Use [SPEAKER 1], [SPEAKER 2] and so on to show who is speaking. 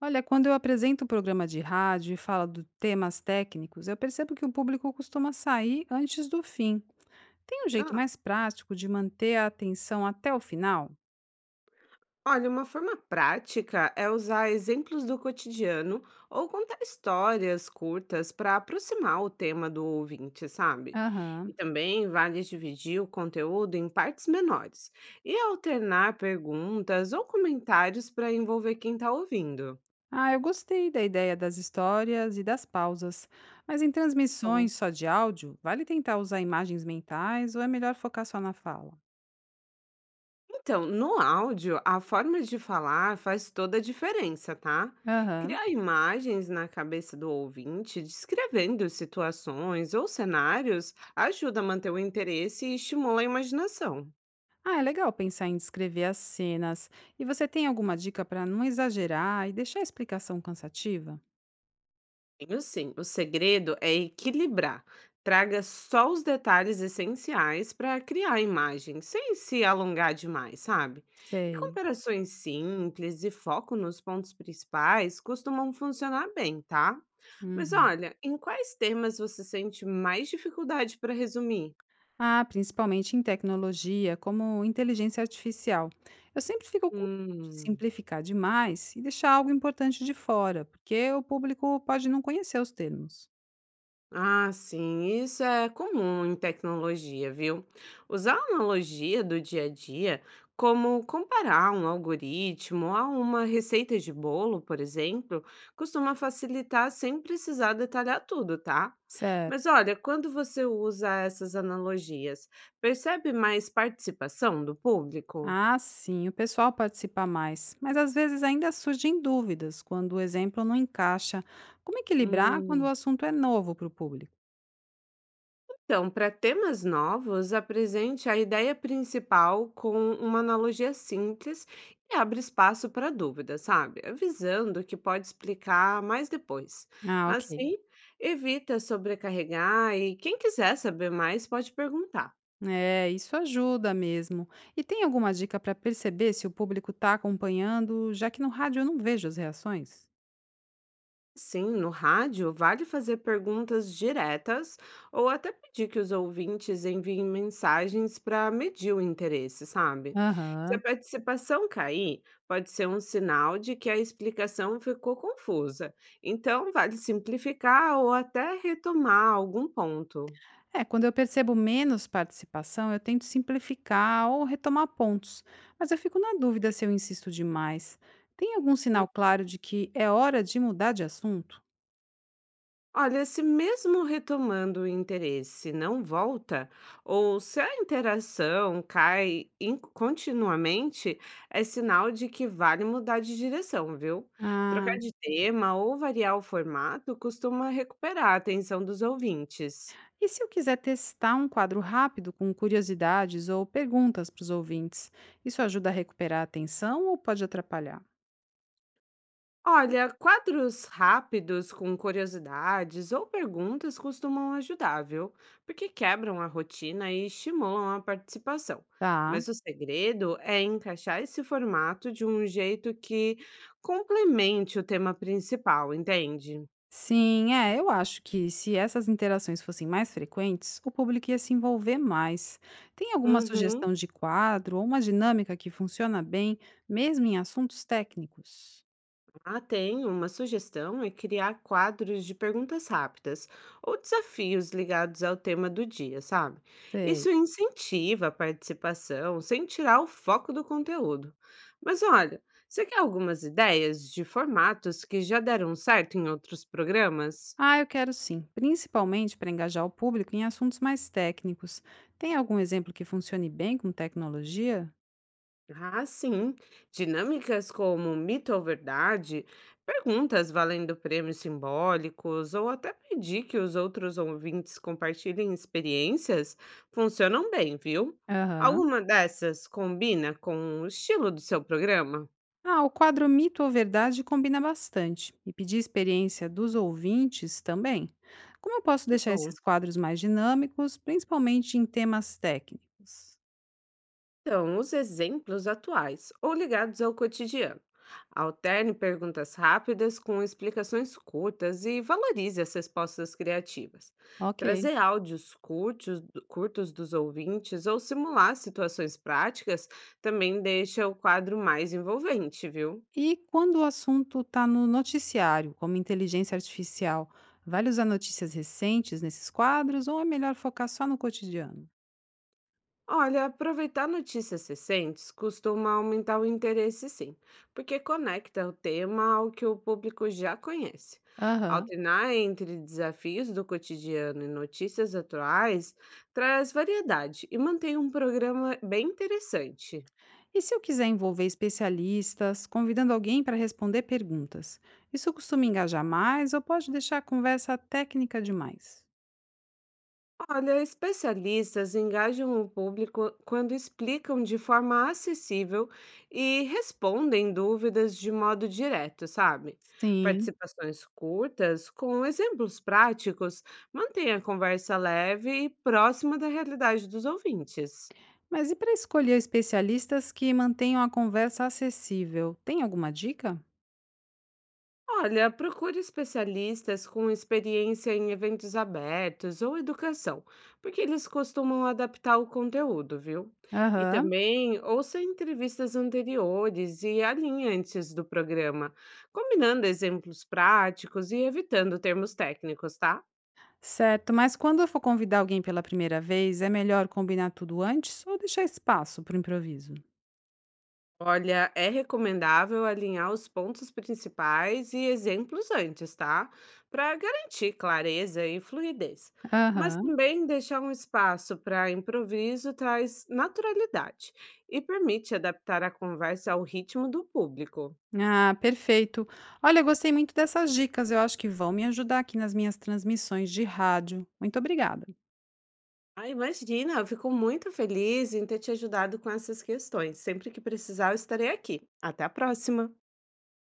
[SPEAKER 1] Olha, quando eu apresento o programa de rádio e falo de temas técnicos, eu percebo que o público costuma sair antes do fim. Tem um jeito
[SPEAKER 2] Ah,
[SPEAKER 1] mais prático de manter a atenção até o final?
[SPEAKER 2] olha, uma forma prática é usar exemplos do cotidiano ou contar histórias curtas para aproximar o tema do ouvinte, sabe?
[SPEAKER 1] Aham.
[SPEAKER 2] E também vale dividir o conteúdo em partes menores e alternar perguntas ou comentários para envolver quem está ouvindo.
[SPEAKER 1] Ah, eu gostei da ideia das histórias e das pausas. Mas em
[SPEAKER 2] Bom.
[SPEAKER 1] transmissões só de áudio, vale tentar usar imagens mentais ou é melhor focar só na fala?
[SPEAKER 2] Então, no áudio, a forma de falar faz toda a diferença, tá?
[SPEAKER 1] Aham.
[SPEAKER 2] Criar imagens na cabeça do ouvinte, descrevendo situações ou cenários, ajuda a manter o interesse e estimula a imaginação.
[SPEAKER 1] Ah, é legal pensar em descrever as cenas. E você tem alguma dica para não exagerar e deixar a explicação cansativa?
[SPEAKER 2] Tenho sim. O segredo é equilibrar. Traga só os detalhes essenciais para criar a imagem, sem se alongar demais, sabe? E
[SPEAKER 1] Sei.
[SPEAKER 2] comparações simples e foco nos pontos principais costumam funcionar bem, tá? Mas
[SPEAKER 1] Uhum.
[SPEAKER 2] olha, em quais temas você sente mais dificuldade para resumir?
[SPEAKER 1] Ah, principalmente em tecnologia, como inteligência artificial. Eu sempre fico com medo de
[SPEAKER 2] Hum.
[SPEAKER 1] simplificar demais e deixar algo importante de fora, porque o público pode não conhecer os termos.
[SPEAKER 2] Ah, sim, isso é comum em tecnologia, viu? Usar a analogia do dia a dia, como comparar um algoritmo a uma receita de bolo, por exemplo, costuma facilitar sem precisar detalhar tudo, tá?
[SPEAKER 1] Certo.
[SPEAKER 2] Mas olha, quando você usa essas analogias, percebe mais participação do público?
[SPEAKER 1] Ah, sim, o pessoal participa mais, mas às vezes ainda surgem dúvidas quando o exemplo não encaixa. Como equilibrar quando o
[SPEAKER 2] Hum.
[SPEAKER 1] assunto é novo para o público?
[SPEAKER 2] Então, para temas novos, apresente a ideia principal com uma analogia simples e abre espaço para dúvida, sabe? Avisando que pode explicar mais depois.
[SPEAKER 1] Ah, ok.
[SPEAKER 2] Assim, evita sobrecarregar e quem quiser saber mais pode perguntar.
[SPEAKER 1] É, isso ajuda mesmo. E tem alguma dica para perceber se o público está acompanhando, já que no rádio eu não vejo as reações?
[SPEAKER 2] Sim, no rádio vale fazer perguntas diretas ou até pedir que os ouvintes enviem mensagens para medir o interesse, sabe? Se a
[SPEAKER 1] Aham.
[SPEAKER 2] participação cair, pode ser um sinal de que a explicação ficou confusa. Então, vale simplificar ou até retomar algum ponto.
[SPEAKER 1] É, quando eu percebo menos participação, eu tento simplificar ou retomar pontos, mas eu fico na dúvida se eu insisto demais. Tem algum sinal claro de que é hora de mudar de assunto?
[SPEAKER 2] Olha, se mesmo retomando o interesse não volta, ou se a interação continuamente, é sinal de que vale mudar de direção, viu?
[SPEAKER 1] Ah,
[SPEAKER 2] Trocar de tema ou variar o formato costuma recuperar a atenção dos ouvintes.
[SPEAKER 1] e se eu quiser testar um quadro rápido com curiosidades ou perguntas para os ouvintes, isso ajuda a recuperar a atenção ou pode atrapalhar?
[SPEAKER 2] Olha, quadros rápidos com curiosidades ou perguntas costumam ajudar, viu? Porque quebram a rotina e estimulam a participação.
[SPEAKER 1] Tá.
[SPEAKER 2] Mas o segredo é encaixar esse formato de um jeito que complemente o tema principal, entende?
[SPEAKER 1] Sim, é, eu acho que se essas interações fossem mais frequentes, o público ia se envolver mais. Tem alguma
[SPEAKER 2] Uhum.
[SPEAKER 1] sugestão de quadro ou uma dinâmica que funciona bem, mesmo em assuntos técnicos?
[SPEAKER 2] Ah, tem. Uma sugestão é criar quadros de perguntas rápidas ou desafios ligados ao tema do dia, sabe?
[SPEAKER 1] Sei.
[SPEAKER 2] Isso incentiva a participação sem tirar o foco do conteúdo. Mas olha, você quer algumas ideias de formatos que já deram certo em outros programas?
[SPEAKER 1] Ah, eu quero sim, principalmente para engajar o público em assuntos mais técnicos. Tem algum exemplo que funcione bem com tecnologia?
[SPEAKER 2] Ah, sim. Dinâmicas como mito ou verdade, perguntas valendo prêmios simbólicos ou até pedir que os outros ouvintes compartilhem experiências funcionam bem, viu?
[SPEAKER 1] Aham.
[SPEAKER 2] Alguma dessas combina com o estilo do seu programa?
[SPEAKER 1] Ah, o quadro Mito ou Verdade combina bastante e pedir experiência dos ouvintes também. Como eu posso
[SPEAKER 2] Que
[SPEAKER 1] deixar
[SPEAKER 2] bom.
[SPEAKER 1] esses quadros mais dinâmicos, principalmente em temas técnicos?
[SPEAKER 2] Então, os exemplos atuais ou ligados ao cotidiano. Alterne perguntas rápidas com explicações curtas e valorize as respostas criativas.
[SPEAKER 1] Ok.
[SPEAKER 2] Trazer áudios curtos, dos ouvintes ou simular situações práticas também deixa o quadro mais envolvente, viu?
[SPEAKER 1] E quando o assunto está no noticiário, como inteligência artificial, vale usar notícias recentes nesses quadros ou é melhor focar só no cotidiano?
[SPEAKER 2] Olha, aproveitar notícias recentes costuma aumentar o interesse, sim, porque conecta o tema ao que o público já conhece.
[SPEAKER 1] Aham.
[SPEAKER 2] Alternar entre desafios do cotidiano e notícias atuais traz variedade e mantém um programa bem interessante.
[SPEAKER 1] E se eu quiser envolver especialistas, convidando alguém para responder perguntas? Isso costuma engajar mais ou pode deixar a conversa técnica demais?
[SPEAKER 2] Olha, especialistas engajam o público quando explicam de forma acessível e respondem dúvidas de modo direto, sabe?
[SPEAKER 1] Sim.
[SPEAKER 2] Participações curtas, com exemplos práticos, mantêm a conversa leve e próxima da realidade dos ouvintes.
[SPEAKER 1] Mas e para escolher especialistas que mantenham a conversa acessível? Tem alguma dica?
[SPEAKER 2] Olha, procure especialistas com experiência em eventos abertos ou educação, porque eles costumam adaptar o conteúdo, viu? E
[SPEAKER 1] Aham.
[SPEAKER 2] também ouça entrevistas anteriores e alinhe antes do programa, combinando exemplos práticos e evitando termos técnicos, tá?
[SPEAKER 1] Certo, mas quando eu for convidar alguém pela primeira vez, é melhor combinar tudo antes ou deixar espaço para o improviso?
[SPEAKER 2] Olha, é recomendável alinhar os pontos principais e exemplos antes, tá? Para garantir clareza e fluidez. Mas
[SPEAKER 1] Aham.
[SPEAKER 2] também deixar um espaço para improviso traz naturalidade e permite adaptar a conversa ao ritmo do público.
[SPEAKER 1] Ah, perfeito. Olha, eu gostei muito dessas dicas. Eu acho que vão me ajudar aqui nas minhas transmissões de rádio. Muito obrigada.
[SPEAKER 2] Ah, imagina, eu fico muito feliz em ter te ajudado com essas questões. Sempre que precisar, eu estarei aqui. Até a próxima!